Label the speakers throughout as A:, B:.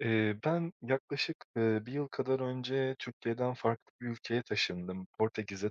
A: Ben yaklaşık, 1 yıl kadar önce Türkiye'den farklı bir ülkeye taşındım. Portekiz'e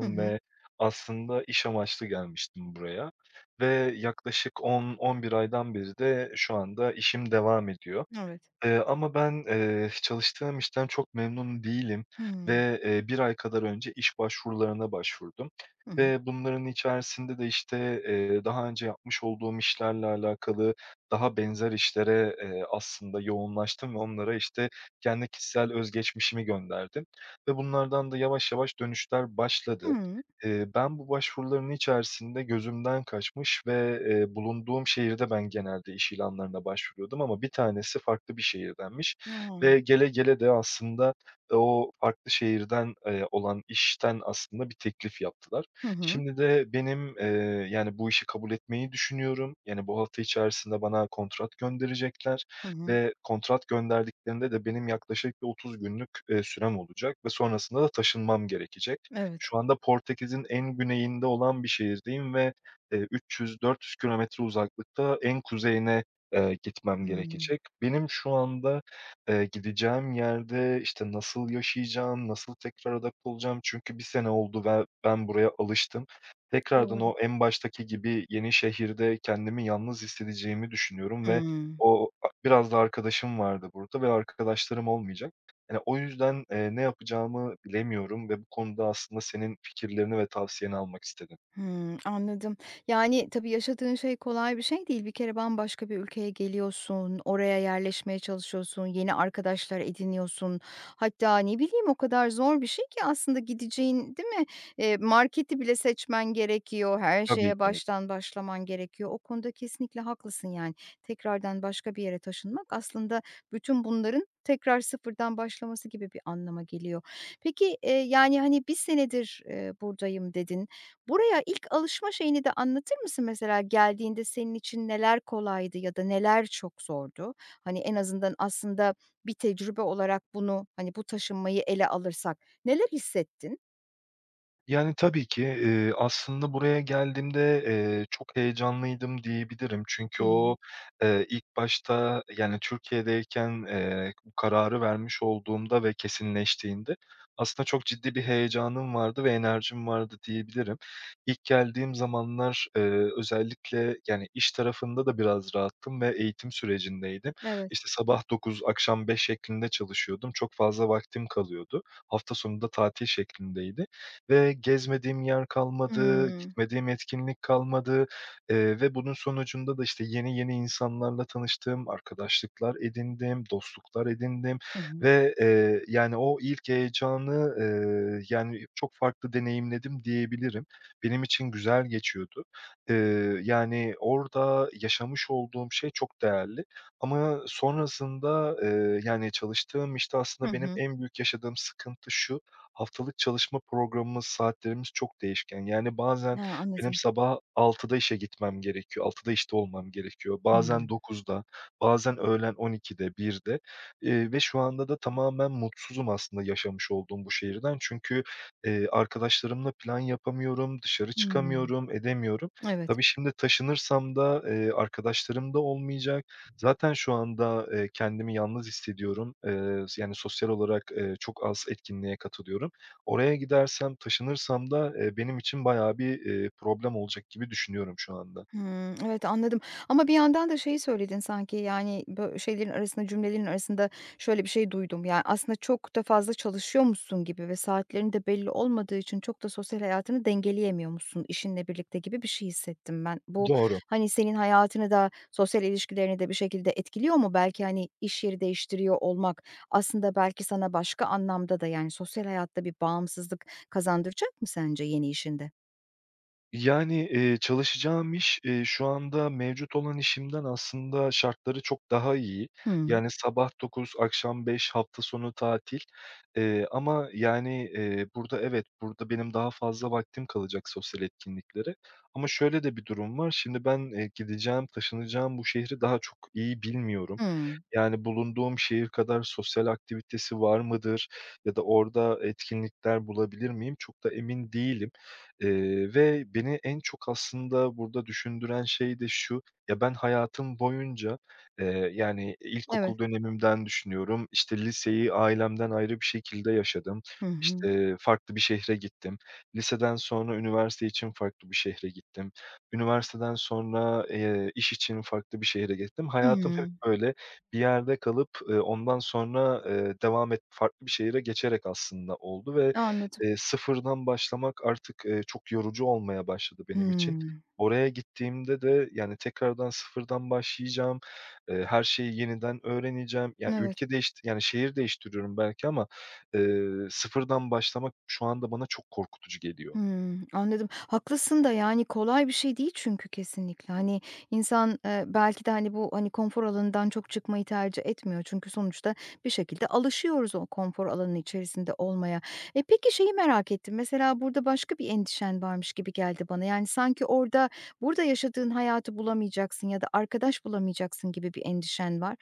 B: Hı hı.
A: ve aslında iş amaçlı gelmiştim buraya ve yaklaşık 10-11 aydan beri de şu anda işim devam ediyor.
B: Evet.
A: Ama ben, çalıştığım işten çok memnun değilim
B: Hımm.
A: ve, 1 ay kadar önce iş başvurularına başvurdum
B: Hı hı.
A: ve bunların içerisinde de, işte, daha önce yapmış olduğum işlerle alakalı daha benzer işlere, aslında yoğunlaştım ve onlara, işte, kendi kişisel özgeçmişimi gönderdim ve bunlardan da yavaş yavaş dönüşler başladı.
B: Hımm.
A: Ben bu başvuruların içerisinde gözümden kaçmış ve, bulunduğum şehirde ben genelde iş ilanlarına başvuruyordum ama bir tanesi farklı bir şehirdenmiş
B: A!
A: ve gele gele de aslında o farklı şehirden, olan işten aslında bir teklif yaptılar.
B: Hı hı.
A: Şimdi de benim, yani, bu işi kabul etmeyi düşünüyorum. Yani, bu hafta içerisinde bana kontrat gönderecekler
B: Hı hı.
A: ve kontrat gönderdiklerinde de benim yaklaşık bir 30 günlük, sürem olacak ve sonrasında da taşınmam gerekecek.
B: Evet.
A: Şu anda Portekiz'in en güneyinde olan bir şehirdeyim ve, 300-400 kilometre uzaklıkta en kuzeyine, gitmem
B: Hımm.
A: gerekecek. Benim şu anda, gideceğim yerde, işte, nasıl yaşayacağım, nasıl tekrar adapte olacağım? Çünkü bir sene oldu ve ben buraya alıştım. Tekrardan
B: Doğru.
A: o en baştaki gibi yeni şehirde kendimi yalnız hissedeceğimi düşünüyorum ve
B: Hımm.
A: o a biraz da arkadaşım vardı burada ve arkadaşlarım olmayacak. Yani, o yüzden, ne yapacağımı bilemiyorum ve bu konuda aslında senin fikirlerini ve tavsiyeni almak istedim.
B: Hımm, anladım. Yani, tabii yaşadığın şey kolay bir şey değil. Bir kere bambaşka bir ülkeye geliyorsun, oraya yerleşmeye çalışıyorsun, yeni arkadaşlar ediniyorsun. Hatta ne bileyim o kadar zor bir şey ki aslında gideceğin, değil mi? Marketi bile seçmen gerekiyor, her
A: Tabii
B: şeye
A: ki.
B: baştan başlaman gerekiyor. O konuda kesinlikle haklısın yani. Tekrardan başka bir yere taşınmak aslında bütün bunların tekrar sıfırdan başlaması gibi bir anlama geliyor. Peki, yani, hani, bir senedir, buradayım." dedin. Buraya ilk alışma şeyini de anlatır mısın mesela? Geldiğinde senin için neler kolaydı ya da neler çok zordu? Hani, en azından aslında bir tecrübe olarak bunu, hani, bu taşınmayı ele alırsak neler hissettin?
A: Yani, tabii ki, aslında buraya geldiğimde, çok heyecanlıydım diyebilirim. Çünkü
B: Hımm.
A: o, ilk başta, yani, Türkiye'deyken, bu kararı vermiş olduğumda ve kesinleştiğinde aslında çok ciddi bir heyecanım vardı ve enerjim vardı diyebilirim. İlk geldiğim zamanlar, özellikle, yani, iş tarafında da biraz rahattım ve eğitim sürecindeydim.
B: Evet.
A: İşte, sabah 9 akşam 5 şeklinde çalışıyordum. Çok fazla vaktim kalıyordu. Hafta sonu da tatil şeklindeydi ve gezmediğim yer kalmadı,
B: Hımm.
A: gitmediğim etkinlik kalmadı, ve bunun sonucunda da, işte, yeni yeni insanlarla tanıştım, arkadaşlıklar edindim, dostluklar edindim
B: Hı hı.
A: ve, yani, o ilk heyecanı, yani, çok farklı deneyimledim diyebilirim. Benim için güzel geçiyordu. Yani, orada yaşamış olduğum şey çok değerli ama sonrasında, yani, çalıştığım işte
B: Hı
A: aslında benim
B: hı.
A: en büyük yaşadığım sıkıntı şu: haftalık çalışma programımız, saatlerimiz çok değişken. Yani bazen
B: A,
A: benim
B: anladım.
A: sabah 6'da işe gitmem gerekiyor. 6'da işte olmam gerekiyor. Bazen
B: Hımm.
A: 9'da, bazen öğlen 12'de, 1'de, ve şu anda da tamamen mutsuzum aslında yaşamış olduğum bu şehirden. Çünkü, arkadaşlarımla plan yapamıyorum, dışarı
B: Hımm.
A: çıkamıyorum, edemiyorum.
B: Evet.
A: Tabii şimdi taşınırsam da, arkadaşlarım da olmayacak. Zaten şu anda, kendimi yalnız hissediyorum. S yani, sosyal olarak, çok az etkinliğe katılıyorum. Oraya gidersem, taşınırsam da, benim için bayağı bir, problem olacak gibi düşünüyorum şu anda.
B: Hımm, evet, anladım ama bir yandan da şeyi söyledin sanki, yani, bö şeylerin arasında, cümlelerin arasında şöyle bir şey duydum, yani, aslında çok da fazla çalışıyormuşsun gibi ve saatlerin de belli olmadığı için çok da sosyal hayatını dengeleyemiyormuşsun işinle birlikte gibi bir şey hissettim ben. Bu,
A: Doğru.
B: hani, senin hayatını da sosyal ilişkilerini de bir şekilde etkiliyor mu? Belki, hani, iş yeri değiştiriyor olmak aslında belki sana başka anlamda da, yani, sosyal hayatta bir bağımsızlık kazandıracak mı sence yeni işinde?
A: Yani, çalışacağım iş, şu anda mevcut olan işimden aslında şartları çok daha iyi.
B: Hımm.
A: Yani sabah 9 akşam 5 hafta sonu tatil. Ama yani, burada evet, burada benim daha fazla vaktim kalacak sosyal etkinliklere. Ama şöyle de bir durum var. Şimdi ben, gideceğim, taşınacağım bu şehri daha çok iyi bilmiyorum.
B: Hımm.
A: Yani bulunduğum şehir kadar sosyal aktivitesi var mıdır ya da orada etkinlikler bulabilir miyim çok da emin değilim. Ve beni en çok aslında burada düşündüren şey de şu: Ya, ben hayatım boyunca, yani
B: Evet.
A: ilkokul dönemimden düşünüyorum, işte, liseyi ailemden ayrı bir şekilde yaşadım,
B: Hı hı.
A: işte, farklı bir şehre gittim. Liseden sonra üniversite için farklı bir şehre gittim. Üniversiteden sonra, iş için farklı bir şehre gittim. Hayatım hep
B: Hımm,
A: böyle bir yerde kalıp, ondan sonra, devam et farklı bir şehre geçerek aslında oldu ve
B: anladım.
A: Sıfırdan başlamak artık, çok yorucu olmaya başladı benim için.
B: Hımm,
A: Oraya gittiğimde de, yani, tekrardan sıfırdan başlayacağım, her şeyi yeniden öğreneceğim. Ya,
B: evet.
A: ülke değişti yani, şehir değiştiriyorum belki ama, sıfırdan başlamak şu anda bana çok korkutucu geliyor.
B: Hımm, anladım. Haklısın da, yani, kolay bir şey değil çünkü kesinlikle. Hani, insan, belki de, hani, bu, hani, konfor alanından çok çıkmayı tercih etmiyor. Çünkü sonuçta bir şekilde alışıyoruz o konfor alanının içerisinde olmaya. E, peki şeyi merak ettim. Mesela burada başka bir endişen varmış gibi geldi bana. Yani, sanki orada burada yaşadığın hayatı bulamayacaksın ya da arkadaş bulamayacaksın gibi bir endişen var.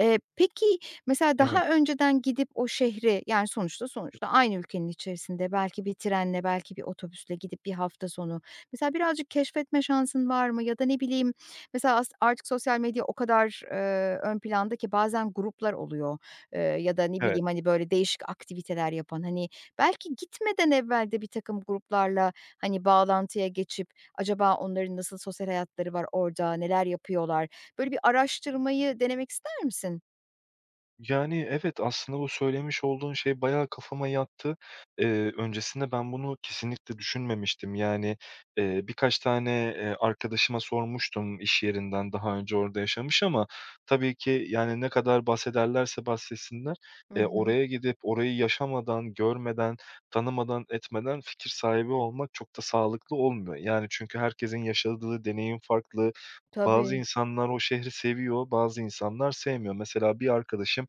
B: Peki mesela
A: Evet,
B: daha önceden gidip o şehri, yani, sonuçta aynı ülkenin içerisinde belki bir trenle, belki bir otobüsle gidip bir hafta sonu mesela birazcık keşfetme şansın var mı? Ya da ne bileyim, mesela as artık sosyal medya o kadar, ön planda ki bazen gruplar oluyor, ya da ne
A: evet.
B: bileyim, hani, böyle değişik aktiviteler yapan, hani, belki gitmeden evvel de bir takım gruplarla, hani, bağlantıya geçip acaba onların nasıl sosyal hayatları var orada, neler yapıyorlar? Böyle bir araştırmayı denemek ister misin?
A: Yani, evet, aslında bu söylemiş olduğun şey bayağı kafama yattı. Öncesinde ben bunu kesinlikle düşünmemiştim. Yani, birkaç tane, arkadaşıma sormuştum iş yerinden daha önce orada yaşamış ama tabii ki, yani, ne kadar bahsederlerse bahsetsinler,
B: Hı hı.
A: oraya gidip orayı yaşamadan, görmeden, tanımadan, etmeden fikir sahibi olmak çok da sağlıklı olmuyor. Yani, çünkü herkesin yaşadığı deneyim farklı, bazı
B: Tabii.
A: insanlar o şehri seviyor, bazı insanlar sevmiyor. Mesela bir arkadaşım,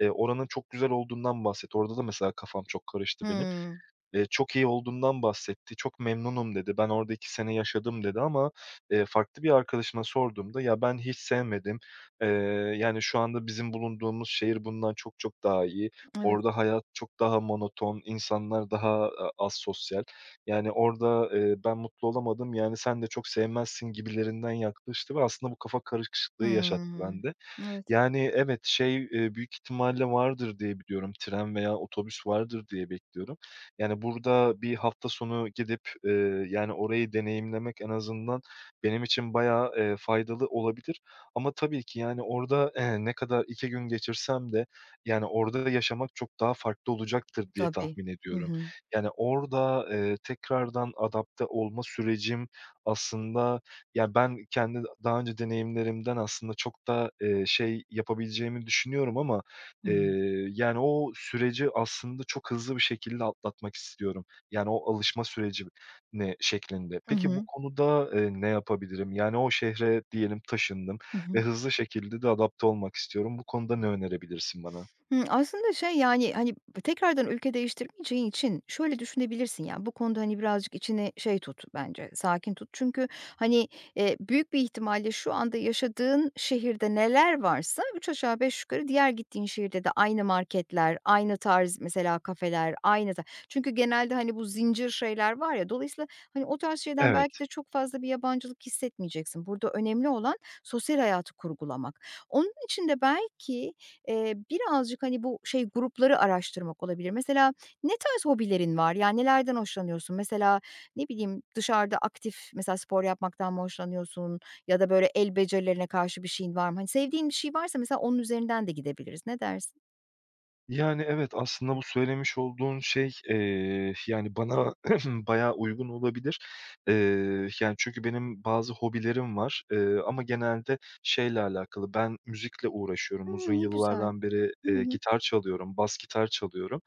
A: oranın çok güzel olduğundan bahsetti. Orada da mesela kafam çok karıştı benim.
B: Hımm.
A: "Çok iyi olduğundan bahsetti, çok memnunum." dedi. "Ben orada 2 sene yaşadım." dedi ama, farklı bir arkadaşıma sorduğumda, "Ya, ben hiç sevmedim. Eee, yani, şu anda bizim bulunduğumuz şehir bundan çok çok daha iyi.
B: Evet.
A: Orada hayat çok daha monoton, insanlar daha az sosyal. Yani, orada, ben mutlu olamadım, yani, sen de çok sevmezsin." gibilerinden yaklaştı ve aslında bu kafa karışıklığı yaşattı
B: Hımm.
A: bende.
B: Evet.
A: Yani, evet, şey, büyük ihtimalle vardır diye biliyorum. Tren veya otobüs vardır diye bekliyorum. Yani, burada bir hafta sonu gidip, yani, orayı deneyimlemek en azından benim için bayağı, faydalı olabilir. Ama tabii ki, yani, orada, ne kadar 2 gün geçirsem de, yani, orada yaşamak çok daha farklı olacaktır diye
B: Tabii.
A: tahmin
B: Hı
A: ediyorum.
B: hı.
A: Yani, orada, tekrardan adapte olma sürecim aslında ya, ben kendi daha önce deneyimlerimden aslında çok da, şey yapabileceğimi düşünüyorum ama,
B: Hı hı.
A: yani, o süreci aslında çok hızlı bir şekilde atlatmak istiyorum. Yani, o alışma süreci ne şeklinde.
B: Hı
A: Peki bu
B: hı.
A: konuda, ne yapabilirim? Yani, o şehre diyelim taşındım
B: Hı
A: ve
B: hı.
A: hızlı şekilde de adapte olmak istiyorum. Bu konuda ne önerebilirsin bana?
B: Hımm, aslında şey, yani, hani, tekrardan ülke değiştirmeyeceğin için şöyle düşünebilirsin, yani, bu konuda, hani, birazcık içini şey tut bence, sakin tut. Çünkü, hani, büyük bir ihtimalle şu anda yaşadığın şehirde neler varsa 3 aşağı 5 yukarı diğer gittiğin şehirde de aynı marketler, aynı tarz mesela kafeler, aynı ta. Çünkü genelde, hani, bu zincir şeyler var ya, dolayısıyla, hani, o tarz şeyden belki
A: Evet.
B: de çok fazla bir yabancılık hissetmeyeceksin. Burada önemli olan sosyal hayatı kurgulamak. Onun için de belki, birazcık, hani, bu şey grupları araştırmak olabilir. Mesela ne tarz hobilerin var? Yani, nelerden hoşlanıyorsun? Mesela, ne bileyim, dışarıda aktif mesela spor yapmaktan mı hoşlanıyorsun ya da böyle el becerilerine karşı bir şeyin var mı? Hani, sevdiğin bir şey varsa mesela onun üzerinden de gidebiliriz. Ne dersin?
A: Yani, evet, aslında bu söylemiş olduğun şey, yani, bana bayağı uygun olabilir. Eee, yani, çünkü benim bazı hobilerim var, ama genelde şeyle alakalı, ben müzikle uğraşıyorum. Uzun
B: Hımm, ne güzel.
A: yıllardan beri,
B: Hı hı.
A: gitar çalıyorum, bas gitar çalıyorum,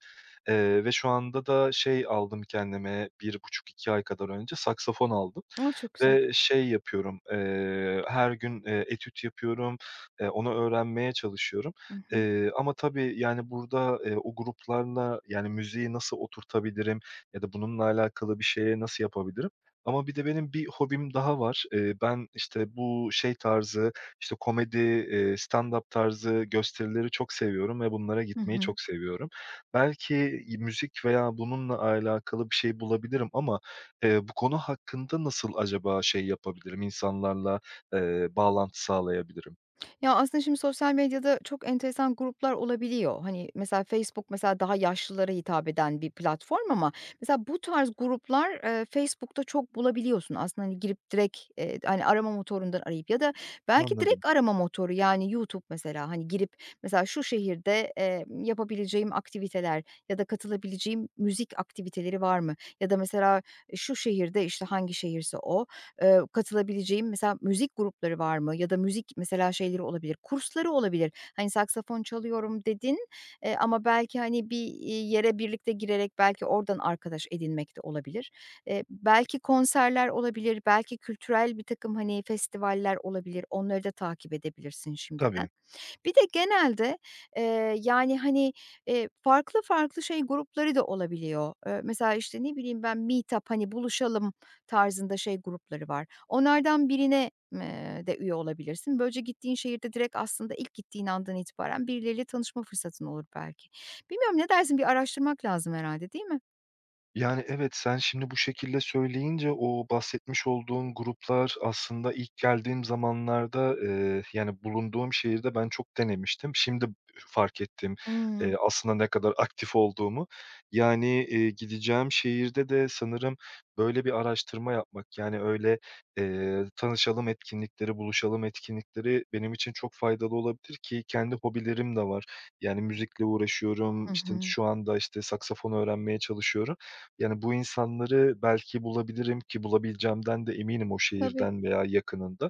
A: ve şu anda da şey aldım kendime bir buçuk iki ay kadar önce, saksafon aldım
B: A, çok güzel.
A: ve şey yapıyorum, her gün, etüt yapıyorum, onu öğrenmeye çalışıyorum.
B: Hı hı.
A: Ama tabii, yani, burada, o gruplarla, yani, müziği nasıl oturtabilirim ya da bununla alakalı bir şeye nasıl yapabilirim? Ama bir de benim bir hobim daha var. Ben, işte, bu şey tarzı, işte, komedi, stand-up tarzı gösterileri çok seviyorum ve bunlara
B: Hı
A: gitmeyi
B: hı.
A: çok seviyorum. Belki müzik veya bununla alakalı bir şey bulabilirim ama, bu konu hakkında nasıl acaba şey yapabilirim, insanlarla, bağlantı sağlayabilirim?
B: Ya, aslında şimdi sosyal medyada çok enteresan gruplar olabiliyor. Hani, mesela Facebook mesela daha yaşlılara hitap eden bir platform ama mesela bu tarz gruplar, Facebook'ta çok bulabiliyorsun. Aslında, hani, girip direkt, hani, arama motorundan arayıp ya da belki
A: Anladım.
B: direkt arama motoru, yani, YouTube mesela, hani, girip mesela şu şehirde, yapabileceğim aktiviteler ya da katılabileceğim müzik aktiviteleri var mı? Ya da mesela şu şehirde, işte, hangi şehirse o katılabileceğim mesela müzik grupları var mı? Ya da müzik mesela şeyleri olabilir, kursları olabilir. Hani, saksafon çalıyorum dedin, ama belki, hani, bir, yere birlikte girerek belki oradan arkadaş edinmek de olabilir. Belki konserler olabilir, belki kültürel birtakım, hani, festivaller olabilir. Onları da takip edebilirsin şimdiden.
A: Tabii.
B: Bir de genelde, yani, hani, farklı farklı şey grupları da olabiliyor. Mesela, işte, ne bileyim ben, meetup, hani, buluşalım tarzında şey grupları var. Onlardan birine, de üye olabilirsin. Böylece gittiğin şehirde direkt aslında ilk gittiğin andan itibaren birileriyle tanışma fırsatın olur belki. Bilmiyorum, ne dersin? Bir araştırmak lazım herhalde, değil mi?
A: Yani, evet, sen şimdi bu şekilde söyleyince o bahsetmiş olduğun gruplar aslında ilk geldiğim zamanlarda, yani, bulunduğum şehirde ben çok denemiştim. Şimdi fark ettim,
B: Hımm.
A: aslında ne kadar aktif olduğumu. Yani, gideceğim şehirde de sanırım böyle bir araştırma yapmak, yani, öyle, tanışalım etkinlikleri, buluşalım etkinlikleri benim için çok faydalı olabilir ki kendi hobilerim de var. Yani, müzikle uğraşıyorum,
B: Hı
A: işte,
B: hı.
A: şu anda, işte, saksafon öğrenmeye çalışıyorum. Yani, bu insanları belki bulabilirim ki bulabileceğimden de eminim o
B: Tabii.
A: şehirden veya yakınında.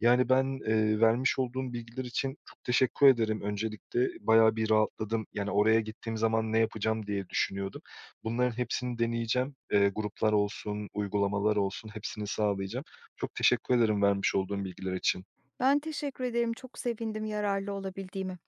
A: Yani, ben, vermiş olduğun bilgiler için çok teşekkür ederim öncelikle. Bayağı bir rahatladım. Yani, oraya gittiğim zaman ne yapacağım diye düşünüyordum. Bunların hepsini deneyeceğim. Gruplar olsun, uygulamalar olsun hepsini sağlayacağım. Çok teşekkür ederim vermiş olduğun bilgiler için.
B: Ben teşekkür ederim. Çok sevindim yararlı olabildiğime.